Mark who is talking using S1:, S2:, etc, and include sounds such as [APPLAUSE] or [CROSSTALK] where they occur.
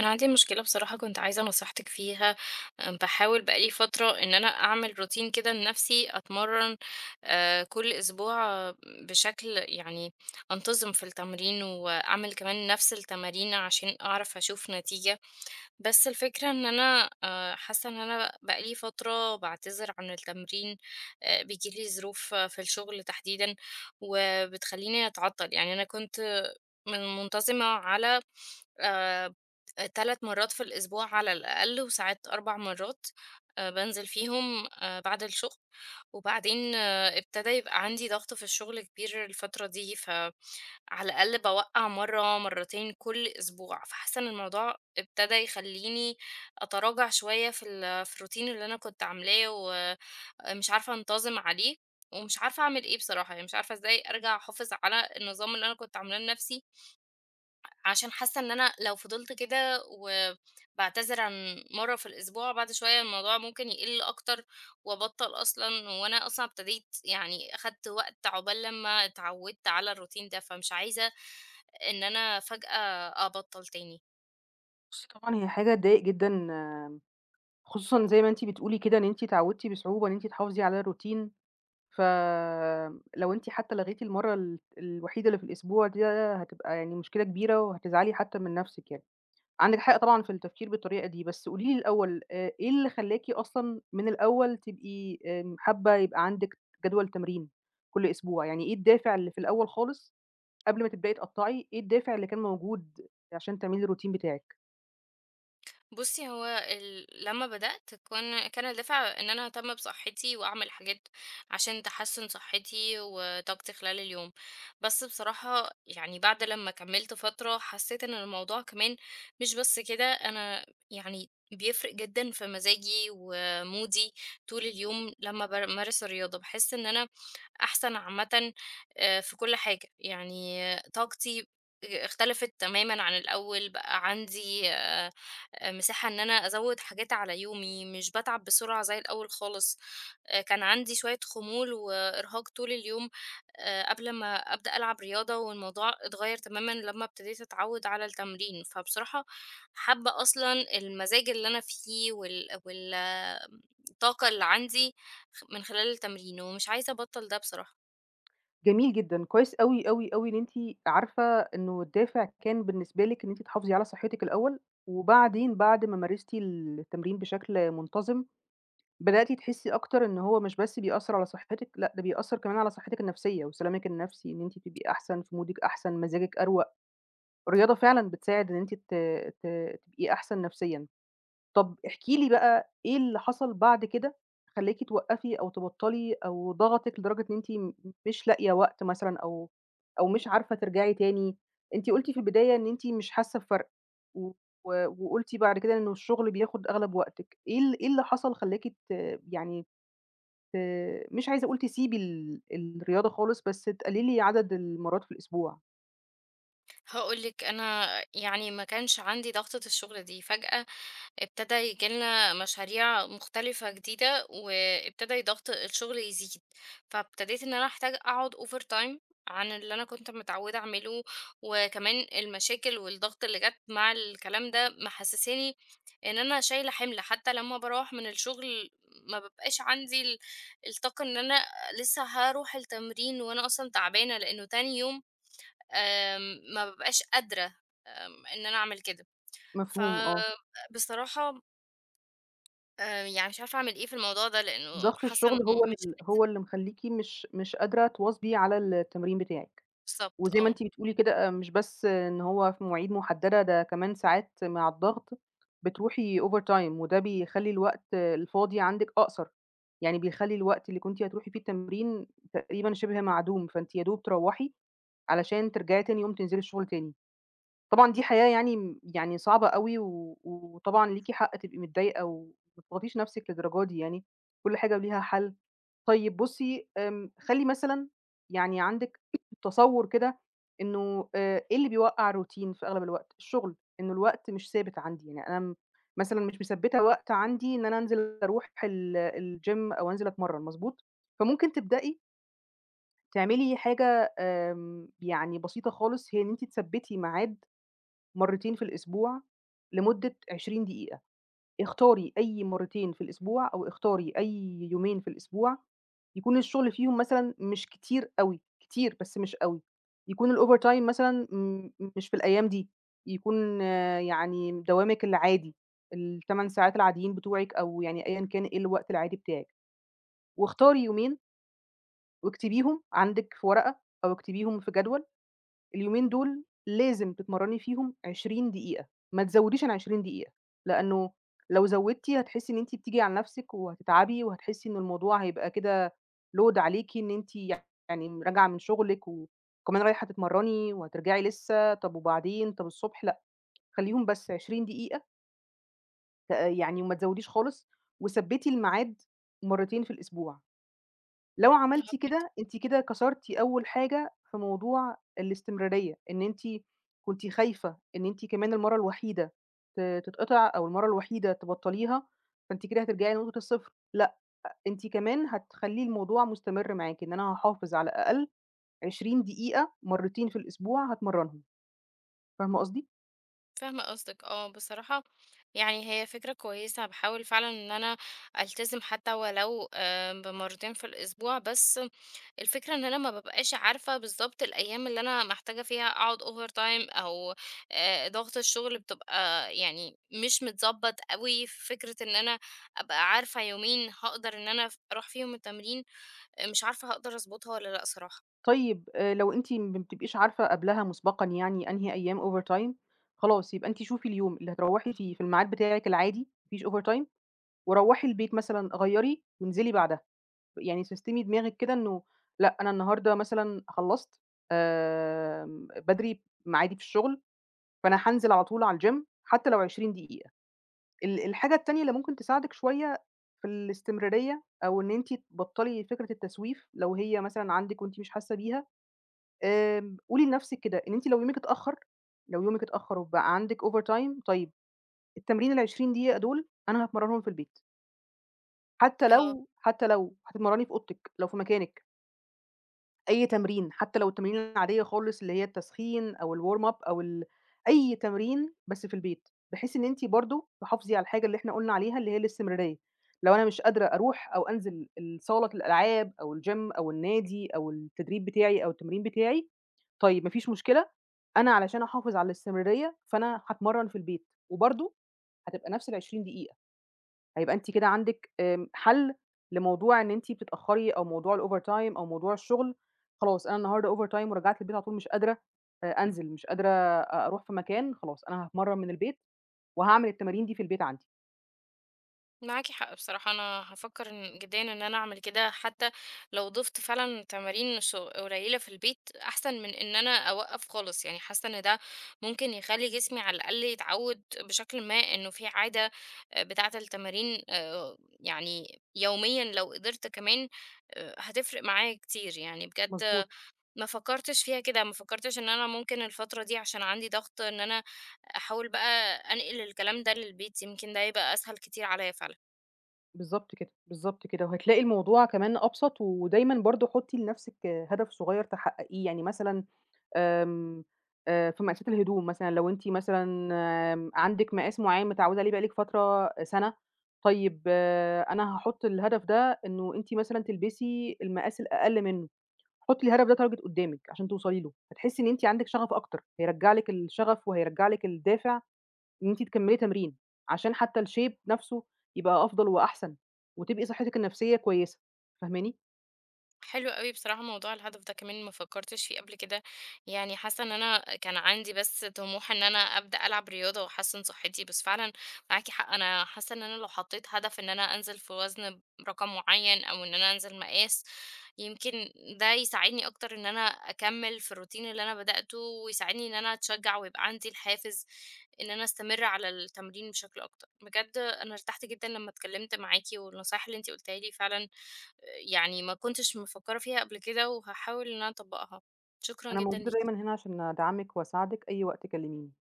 S1: أنا عندي مشكلة بصراحة، كنت عايزة نصيحتك فيها. باحاول بقى لي فترة إن أنا أعمل روتين كده لنفسي أتمرّن كل أسبوع، بشكل يعني أنتظم في التمرين، وأعمل كمان نفس التمارين عشان أعرف أشوف نتيجة. بس الفكرة إن أنا حاسة إن أنا بقى لي فترة بعتذر عن التمرين. بيجيلي ظروف في الشغل تحديدا، وبتخليني أتعطل. يعني أنا كنت منتظمة على آه، تلات مرات في الأسبوع على الأقل، وساعات أربع مرات، بنزل فيهم بعد الشغل. وبعدين ابتدى يبقى عندي ضغط في الشغل كبير الفترة دي، على الأقل باوقّع مرّة، مرّتين كل أسبوع، فحاسّة إن الموضوع ابتدى يخلّيني أتراجع شوية في ال في الroutine اللي أنا كنت عاملاه، ومش عارفة أنتظم عليه، ومش عارفة أعمل إيه بصراحة. يعني مش عارفة إزاي أرجع أحافظ على النظام اللي أنا كنت عاملاه لنَفْسي، عشان حاسة إن أنا لو فضلت كده وباعتذر عن مرة في الأسبوع، بعد شوية الموضوع ممكن يقل أكتر وأبطل أصلا. وأنا أصلا ابتديت، يعني أخدت وقت عقبال لما اتعودت على الروتين ده، فمش عايزة إن أنا فجأة أبطل تاني.
S2: بُصّي طبعًا هي حاجة تضايق جدًا، خصوصًا زي ما أنتِ بتقولي كده إن أنتِ اتعودتِ بصعوبة إن أنتِ تحافظي على الروتين، فلو أنتِ حتى لغيتِ المرّة الوحيدة اللي في الأسبوع ده هتبقى يعني مشكلة كبيرة وهتزعلي حتى من نَفْسِك يعني. عندِك حق طبعًا في التفكير بالطريقة دي، بس قولي لي الأول إيه اللي خلّاكِ أصلًا من الأول تبقي حابة يبقى عندِك جدول تمرين كل أسبوع، يعني إيه الدافع اللي في الأول خالص قبل ما تبدئي تقطّعي، إيه الدافع اللي كان موجود عشان تعملي الروتين بتاعِك؟
S1: بُصّي، هو لمّا بدأت كان الدافع إن أنا أهتم بصحّتي وأعمل حاجات عشان تحسّن صحّتي وطاقتي خلال اليوم. بس بصراحة يعني بعد لمّا كمّلت فترة حسّيت إن الموضوع كمان مش بس كده، أنا يعني بيفرق جدًا في مزاجي ومودي طول اليوم لمّا بامارس الرياضة. باحس إن أنا أحسن عامةً في كل حاجة، يعني طاقتي اختلفت تمامًا عن الأول، بقى عندي مساحة إن أنا أزوّد حاجات على يومي، مش باتعب بسرعة زي الأول خالص. كان عندي شوية خمول وإرهاق طول اليوم قبل ما أبدأ ألعب رياضة، والموضوع اتغيّر تمامًا لمّا ابتديت أتعوّد على التمرين. فبصراحة حابة أصلًا المزاج اللي أنا فيه وال وال الطاقة اللي عندي من خلال التمرين، ومش عايزة أبطّل ده بصراحة.
S2: جميل جدًا، كويس أوي، أوي، أوي إن أنتِ عارفة إنه الدافع كان بالنسبة لِك إن أنتِ تحافظي على صحتِك الأول، وبعدين بعد ما مارستِ التمرين بشكل منتظم، بدأتِ تحسي أكتر إن هو مش بس بيأثّر على صحتِك، لأ ده بيأثّر كمان على صحتِك النفسية وسلامِك النفسي، إن أنتِ تبقي أحسن، في مودِك أحسن، مزاجِك أروق. الرياضة فعلًا بتساعد إن أنتِ ت ت تبقي أحسن نفسيًا. طب احكِ لي بقى إيه اللي حصل بعد كده خلّاكِ توقّفي أو تبطّلي أو ضغطِك لدرجة إن أنتِ مش لاقية وقت مثلًا أو مش عارفة ترجعي تاني؟ أنتِ قُلتِ في البداية إن أنتِ مش حاسة بفرق و وقُلتِ بعد كده إنه الشغل بياخُد أغلب وقتِك، إيه اللي حصل خلّاكِ ت يعني ت مش عايزة أقول تسيبي الرياضة خالص، بس تقلّلي عدد المرّات في الأسبوع؟
S1: هاقول لِك أنا، يعني ما كانش عندي ضغطة الشغل دي، فجأة ابتدى ييجي لنا مشاريع مختلفة جديدة وابتدى ضغط الشغل يزيد، فابتديت ان انا احتاج اقعد اوفر تايم عن اللي انا كنت متعودة اعمله. وكمان المشاكل والضغط اللي جت مع الكلام ده محسساني ان انا شايلة حمل، حتى لما بروح من الشغل ما ببقاش عندي الطاقة ان انا لسه هروح التمرين، وانا اصلا تعبانة لانه تاني يوم آم، ما ببقاش قادرة ان انا اعمل كده. ف
S2: مفهوم آه.
S1: بصراحة يعني مش عارفة أعمل إيه في الموضوع ده، لإنه
S2: ضغط
S1: حاسة إنه
S2: الشغل هو
S1: مش
S2: ال هو اللي مخلّيكِ مش قادرة تواظبي على التمرين بتاعِك.
S1: بالضبط.
S2: وزي ما
S1: آه.
S2: أنتِ بتقولي كده، مش بس إن هو في مواعيد محددة، ده كمان ساعات مع الضغط بتروحي overtime وده بيخلّي الوقت الفاضي عندِك أقصر، يعني بيخلّي الوقت اللي كنتِ هتروحي فيه التمرين تقريبًا شِبه معدوم، فأنتِ يا دوب تروّحي علشان ترجعي تاني يوم تنزلي الشغل تاني. طبعًا دي حياة يعني م يعني صعبة أوي، وطبعًا ليكِ حق تبقي متضايقة وما تضغطيش نفسِك للدرجة دي يعني، كل حاجة وليها حل. طيب بُصّي، خلّي مثلًا يعني عندِك [COUGHS] [CLEARS THROAT] تصوُّر كده إنه إيه اللي بيوقّع الروتين في أغلب الوقت؟ الشغل، إنه الوقت مش ثابت عندي، يعني أنا مثلًا مش مثبّتة وقت عندي إن أنا أنزل أروح الgym أو أنزل أتمرّن، مضبوط؟ فممكن تبدئي تعملي حاجة يعني بسيطة خالص، هي إن أنتِ تثبّتي ميعاد مرّتين في الأسبوع لمدة 20 دقيقة، اختاري أي مرّتين في الأسبوع أو اختاري أي يومين في الأسبوع يكون الشغل فيهم مثلًا مش كتير أوي، كتير بس مش أوي، يكون الovertime مثلًا مش في الأيام دي، يكون يعني دوامِك العادي، ال8 ساعات العاديين بتوعِك أو يعني أيًا كان إيه الوقت العادي بتاعِك، واختاري يومين واكتبيهم عندِك في ورقة أو اكتبيهم في جدول اليومين دول لازم تتمرّني فيهم 20 دقيقة، ما تزوّديش عن 20 دقيقة، لإنه لو زوّدتِ هتحسّي إن أنتِ بتيجي على نَفْسِك وهتتعبي وهتحسّي إن الموضوع هيبقى كده load عليكِ إن أنتِ يعني راجعة من شُغلِك وكمان رايحة تتمرّني وهترجعي لسه، طَب وبعدين، طَب الصبح، لأ، خلّيهم بس 20 دقيقة يعني وما تزوّديش خالص وثبّتي الميعاد مرّتين في الأسبوع. لو
S1: آه،
S2: عملتِ
S1: فهمت.
S2: كده، أنتِ كده كسرتِ أول حاجة في موضوع الاستمرارية، إن أنتِ كنتِ خايفة إن أنتِ كمان المَرّة الوحيدة تتقطع أو المَرّة الوحيدة تبطّليها، فأنتِ كده هترجعي لنقطة الصفر، لأ، أنتِ كمان هتخلّي الموضوع مستمر معاكِ، إن أنا هاحافظ على الأقل 20 دقيقة مرّتين في الأسبوع هاتمرّنهم، فاهمة قصدي؟
S1: فاهمة قصدك. آه، بصراحة يعني هي فكرة كويسة، هاحاول فعلًا إن أنا ألتزم حتى ولو بمرتين في الأسبوع. بس الفكرة إن أنا ما بابقاش عارفة بالضبط الأيام اللي أنا محتاجة فيها أقعد overtime أو ضغط الشغل بتبقى، يعني مش متضبط أوي. فكرة إن أنا أبقى عارفة يومين هاقدر إن أنا أروح فيهم التمرين، آه، مش عارفة هاقدر أضبطها والّا لأ صراحة.
S2: طيب لو أنتِ ما بتبقيش عارفة قبلها مسبقًا يعني أنهي أيام overtime، خلاص يبقى أنتِ شوفي اليوم اللي هتروّحي فيه في الميعاد بتاعِك العادي، ما فيش overtime وروّحي البيت مثلًا، غيّري وانزلي بعدها، يعني سيستمي دماغِك كده إنه لأ، أنا النهارده مثلًا خلّصت بدري ميعادي في الشغل، فأنا هانزل على طول على الgym حتى لو 20 دقيقة. الحاجة التانية اللي ممكن تساعدِك شوية في الاستمرارية أو إن أنتِ تبطّلي فكرة التسويف لو هي مثلًا عندِك وأنتِ مش حاسة بيها، قولي لنفسِك كده إن أنتِ لو يومِك اتأخّر وبقى عندِك overtime طيب التمرين ال20 دقيقة دول أنا هاتمرّنهم في البيت. حتى
S1: آه.
S2: لو حتى لو هتتمرّني في أوضتِك، لو في مكانِك، أي تمرين، حتى لو التمارين العادية خالص اللي هي التسخين أو الwarm up أو أي تمرين بس في البيت، بحيث إن أنتِ برضه تحافظي على الحاجة اللي إحنا قُلنا عليها اللي هي الاستمرارية، لو أنا مش قادرة أروح أو أنزل صالة الألعاب أو الgym أو النادي أو التدريب بتاعي أو التمرين بتاعي، طيب ما فيش مشكلة، أنا علشان أحافظ على الاستمرارية فأنا هاتمرّن في البيت، وبرضه هتبقى نفس ال20 دقيقة، هيبقى أنتِ كده عندِك حل لموضوع إن أنتِ بتتأخّري أو موضوع الovertime أو موضوع الشغل، خلاص أنا النهارده overtime ورجعت البيت على طول مش قادرة أنزل، مش قادرة أروح في مكان، خلاص أنا هاتمرّن من البيت وهاعمل التمارين دي في البيت عندي.
S1: معاكي حق بصراحة، أنا هفكر جدا إن أنا أعمل كده، حتى لو ضفت فعلا تمارين قليلة في البيت أحسن من إن أنا أوقف خالص. يعني حاسة إن ده ممكن يخلي جسمي على الأقل يتعود بشكل ما إنه في عادة بتاعة التمارين، يعني يوميا لو قدرت كمان، هتفرق معايا كتير يعني بجد.
S2: مضبوط،
S1: ما فكرتش فيها كده، ما فكرتش ان انا ممكن الفترة دي عشان عندي ضغط ان انا احاول بقى انقل الكلام ده للبيت. يمكن ده يبقى اسهل كتير عليا فعلا.
S2: بالضبط كده، بالضبط كده، وهتلاقي الموضوع كمان أبسط ودايمًا برضه حُطّي لنَفْسِك هدف صغير تحققيه، يعني مثلًا آمم، في مقاسات الهدوم مثلًا لو أنتِ مثلًا عندِك مقاس معيّن متعوّدة عليه بقى لِك فترة سَنة، طيب أنا هاحُط الهدف ده إنه أنتِ مثلًا تلبسي المقاس الأقل منّه، حُطّي الهدف ده target قُدّامِك عشان توصلي له، هتحسّي إن أنتِ عندِك شغف أكتر، هيرجّع لِك الشغف وهيرجّع لِك الدافع إن أنتِ تكمّلي تمرين، عشان حتّى الshape نَفْسه يبقى أفضل وأحسن، وتبقي صحّتِك النفسيّة كويسة، فاهماني؟
S1: حلو أوي بصراحة، موضوع الهدف ده كمان ما فكرتش فيه قبل كده. يعني حاسة ان انا كان عندي بس طموح ان انا ابدأ العب رياضة واحسن صحتي، بس فعلا معاكي حق. انا حاسة ان انا لو حطيت هدف ان انا انزل في وزن رقم معين او ان انا انزل مقاس، يمكن ده يساعدني اكتر ان انا اكمل في الروتين اللي انا بدأته، ويساعدني ان انا اتشجع ويبقى عندي الحافز ان انا استمر على التمرين بشكل اكتر. بجد انا ارتحت جدا لما اتكلمت معاكي، والنصايح اللي انتي قلتها لي فعلا يعني ما كنتش مفكرة فيها قبل كده، وهاحاول إن أنا أطبقها. شكرًا
S2: أنا
S1: جدًا
S2: موجودة
S1: ليكِ.
S2: دايمًا هنا عشان أدعمِك وأساعدِك أي وقت كلّميني.